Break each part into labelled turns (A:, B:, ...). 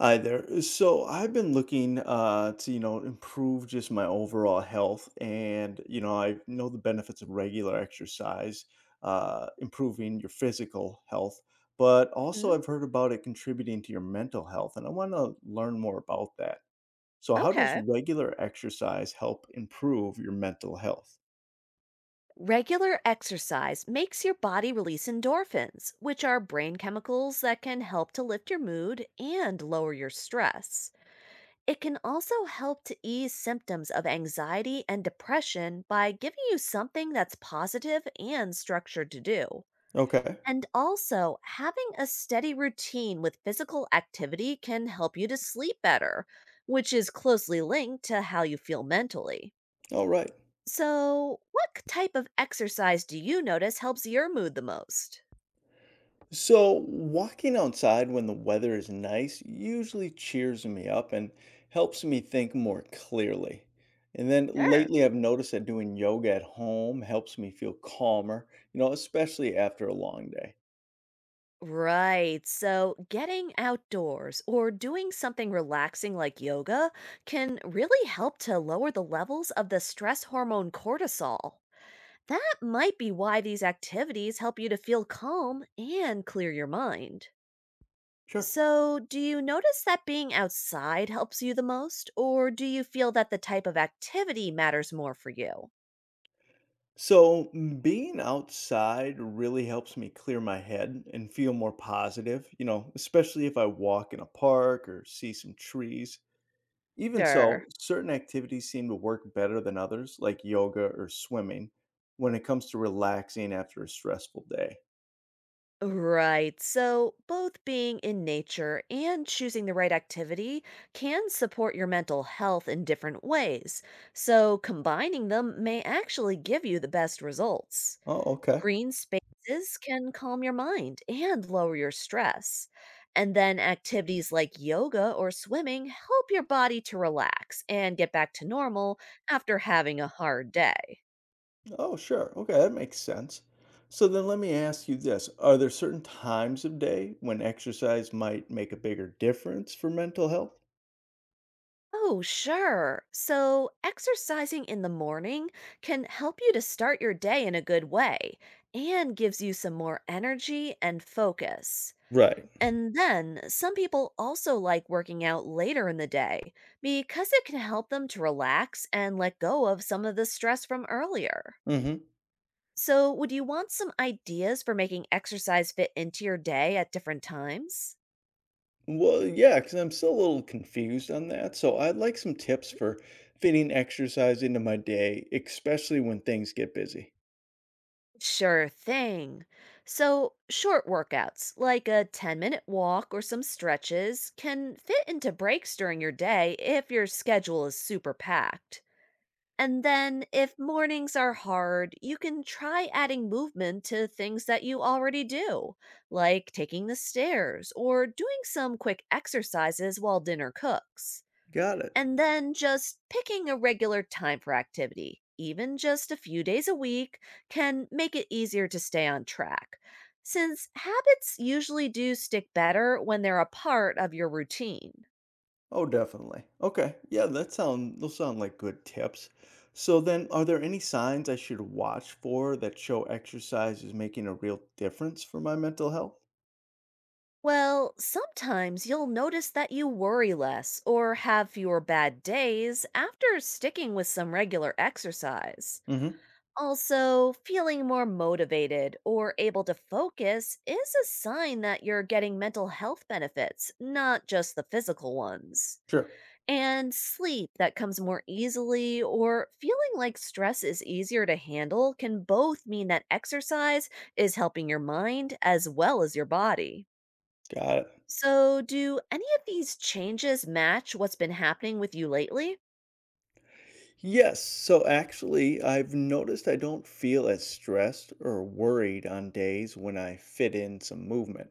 A: Hi there. So I've been looking to, you know, improve just my overall health, and you know, I know the benefits of regular exercise, improving your physical health, but also I've
B: Mm.
A: heard about it contributing to your mental health, and I want to learn more about that. So, how does
B: Okay.
A: regular exercise help improve your mental health?
B: Regular exercise makes your body release endorphins, which are brain chemicals that can help to lift your mood and lower your stress. It can also help to ease symptoms of anxiety and depression by giving you something that's positive and structured to do.
A: Okay.
B: And also, having a steady routine with physical activity can help you to sleep better, which is closely linked to how you feel mentally.
A: All right.
B: So, type of exercise do you notice helps your mood the most?
A: So, walking outside when the weather is nice usually cheers me up and helps me think more clearly. And then
B: Sure.
A: lately, I've noticed that doing yoga at home helps me feel calmer, you know, especially after a long day.
B: Right. So, getting outdoors or doing something relaxing like yoga can really help to lower the levels of the stress hormone cortisol. That might be why these activities help you to feel calm and clear your mind.
A: Sure.
B: So, do you notice that being outside helps you the most, or do you feel that the type of activity matters more for you?
A: So, being outside really helps me clear my head and feel more positive, you know, especially if I walk in a park or see some trees. Even
B: Sure.
A: so, certain activities seem to work better than others, like yoga or swimming, when it comes to relaxing after a stressful day.
B: Right. So, both being in nature and choosing the right activity can support your mental health in different ways. So, combining them may actually give you the best results.
A: Oh, okay.
B: Green spaces can calm your mind and lower your stress. And then, activities like yoga or swimming help your body to relax and get back to normal after having a hard day.
A: Oh, sure. Okay, that makes sense. So then let me ask you this. Are there certain times of day when exercise might make a bigger difference for mental health?
B: Oh, sure. So, exercising in the morning can help you to start your day in a good way and gives you some more energy and focus.
A: Right.
B: And then, some people also like working out later in the day because it can help them to relax and let go of some of the stress from earlier.
A: Mm-hmm.
B: So, would you want some ideas for making exercise fit into your day at different times?
A: Well, yeah, because I'm still a little confused on that. So I'd like some tips for fitting exercise into my day, especially when things get busy.
B: Sure thing. So, short workouts like a 10-minute minute walk or some stretches can fit into breaks during your day if your schedule is super packed. And then, if mornings are hard, you can try adding movement to things that you already do, like taking the stairs or doing some quick exercises while dinner cooks.
A: Got it.
B: And then just picking a regular time for activity, even just a few days a week, can make it easier to stay on track, since habits usually do stick better when they're a part of your routine.
A: Oh, definitely. Okay. Yeah, that sound those sound like good tips. So then, are there any signs I should watch for that show exercise is making a real difference for my mental health?
B: Well, sometimes you'll notice that you worry less or have fewer bad days after sticking with some regular exercise.
A: Mm-hmm.
B: Also, feeling more motivated or able to focus is a sign that you're getting mental health benefits, not just the physical ones.
A: Sure.
B: And sleep that comes more easily or feeling like stress is easier to handle can both mean that exercise is helping your mind as well as your body.
A: Got it.
B: So, do any of these changes match what's been happening with you lately?
A: Yes. So actually, I've noticed I don't feel as stressed or worried on days when I fit in some movement.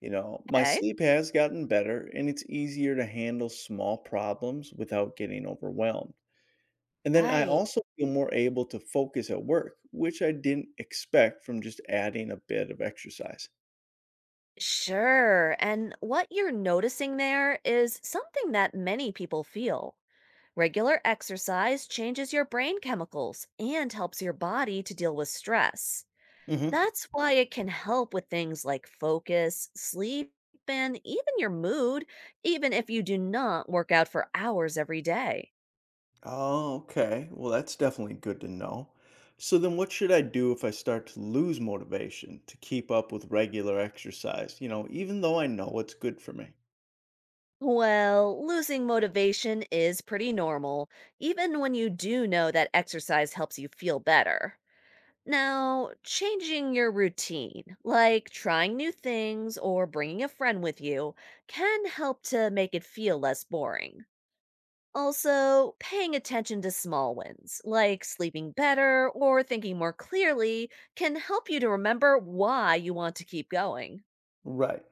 A: You know, my
B: Okay.
A: sleep has gotten better and it's easier to handle small problems without getting overwhelmed. And then I
B: Right.
A: also feel more able to focus at work, which I didn't expect from just adding a bit of exercise.
B: Sure. And what you're noticing there is something that many people feel. Regular exercise changes your brain chemicals and helps your body to deal with stress.
A: Hmm.
B: That's why it can help with things like focus, sleep, and even your mood, even if you do not work out for hours every day.
A: Oh, okay. Well, that's definitely good to know. So then what should I do if I start to lose motivation to keep up with regular exercise, you know, even though I know it's good for me?
B: Well, losing motivation is pretty normal, even when you do know that exercise helps you feel better. Now, changing your routine, like trying new things or bringing a friend with you, can help to make it feel less boring. Also, paying attention to small wins, like sleeping better or thinking more clearly, can help you to remember why you want to keep going.
A: Right.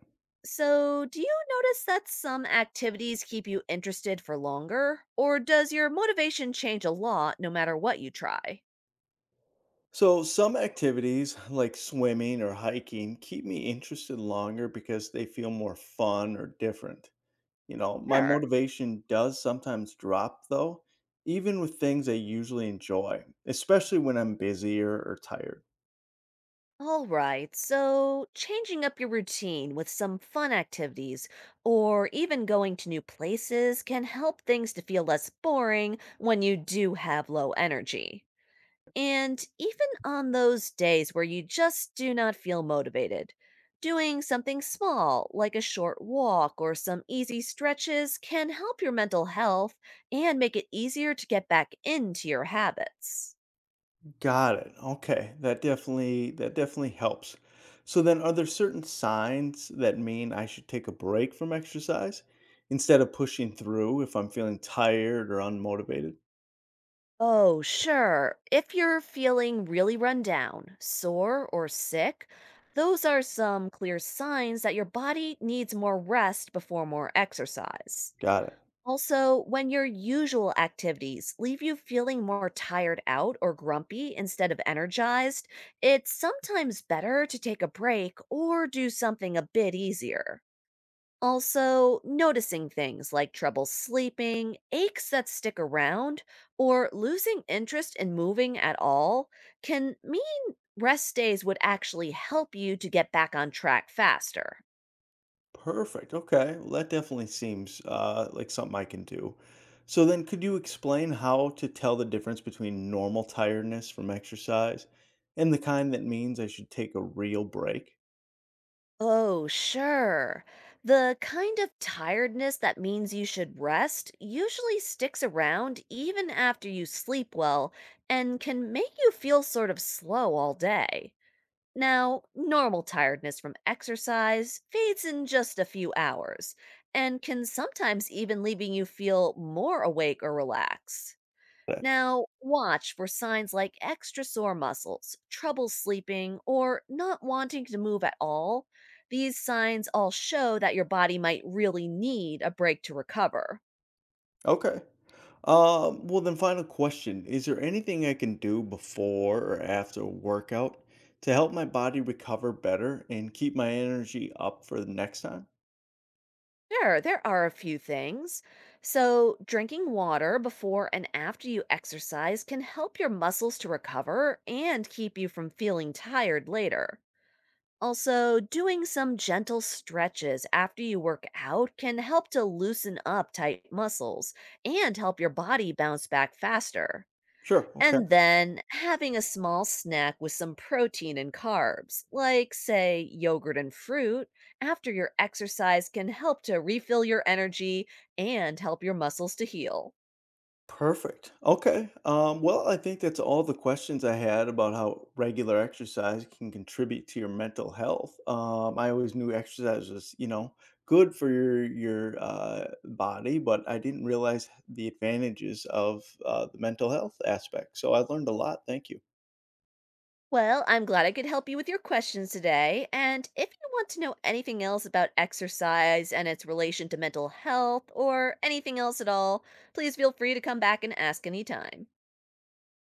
B: So, do you notice that some activities keep you interested for longer? Or does your motivation change a lot no matter what you try?
A: So some activities like swimming or hiking keep me interested longer because they feel more fun or different. You know, my
B: Sure.
A: motivation does sometimes drop though, even with things I usually enjoy, especially when I'm busier or tired.
B: All right, so changing up your routine with some fun activities or even going to new places can help things to feel less boring when you do have low energy. And even on those days where you just do not feel motivated, doing something small like a short walk or some easy stretches can help your mental health and make it easier to get back into your habits.
A: Got it. Okay. That definitely helps. So then are there certain signs that mean I should take a break from exercise instead of pushing through if I'm feeling tired or unmotivated?
B: Oh, sure. If you're feeling really run down, sore, or sick, those are some clear signs that your body needs more rest before more exercise.
A: Got it.
B: Also, when your usual activities leave you feeling more tired out or grumpy instead of energized, it's sometimes better to take a break or do something a bit easier. Also, noticing things like trouble sleeping, aches that stick around, or losing interest in moving at all can mean rest days would actually help you to get back on track faster.
A: Perfect. Okay. Well, that definitely seems like something I can do. So then, could you explain how to tell the difference between normal tiredness from exercise and the kind that means I should take a real break?
B: Oh, sure. The kind of tiredness that means you should rest usually sticks around even after you sleep well and can make you feel sort of slow all day. Now, normal tiredness from exercise fades in just a few hours and can sometimes even leaving you feel more awake or relaxed. Now, watch for signs like extra sore muscles, trouble sleeping, or not wanting to move at all. These signs all show that your body might really need a break to recover.
A: Okay. Well, then, final question. Is there anything I can do before or after a workout to help my body recover better and keep my energy up for the next time?
B: Sure, there are a few things. So, drinking water before and after you exercise can help your muscles to recover and keep you from feeling tired later. Also, doing some gentle stretches after you work out can help to loosen up tight muscles and help your body bounce back faster.
A: Sure. Okay.
B: And then having a small snack with some protein and carbs, like, say, yogurt and fruit, after your exercise can help to refill your energy and help your muscles to heal.
A: Perfect. Okay. Well, I think that's all the questions I had about how regular exercise can contribute to your mental health. I always knew exercise was, you know, good for your body, but I didn't realize the advantages of the mental health aspect. So I learned a lot. Thank you.
B: Well, I'm glad I could help you with your questions today. And if you want to know anything else about exercise and its relation to mental health or anything else at all, please feel free to come back and ask anytime.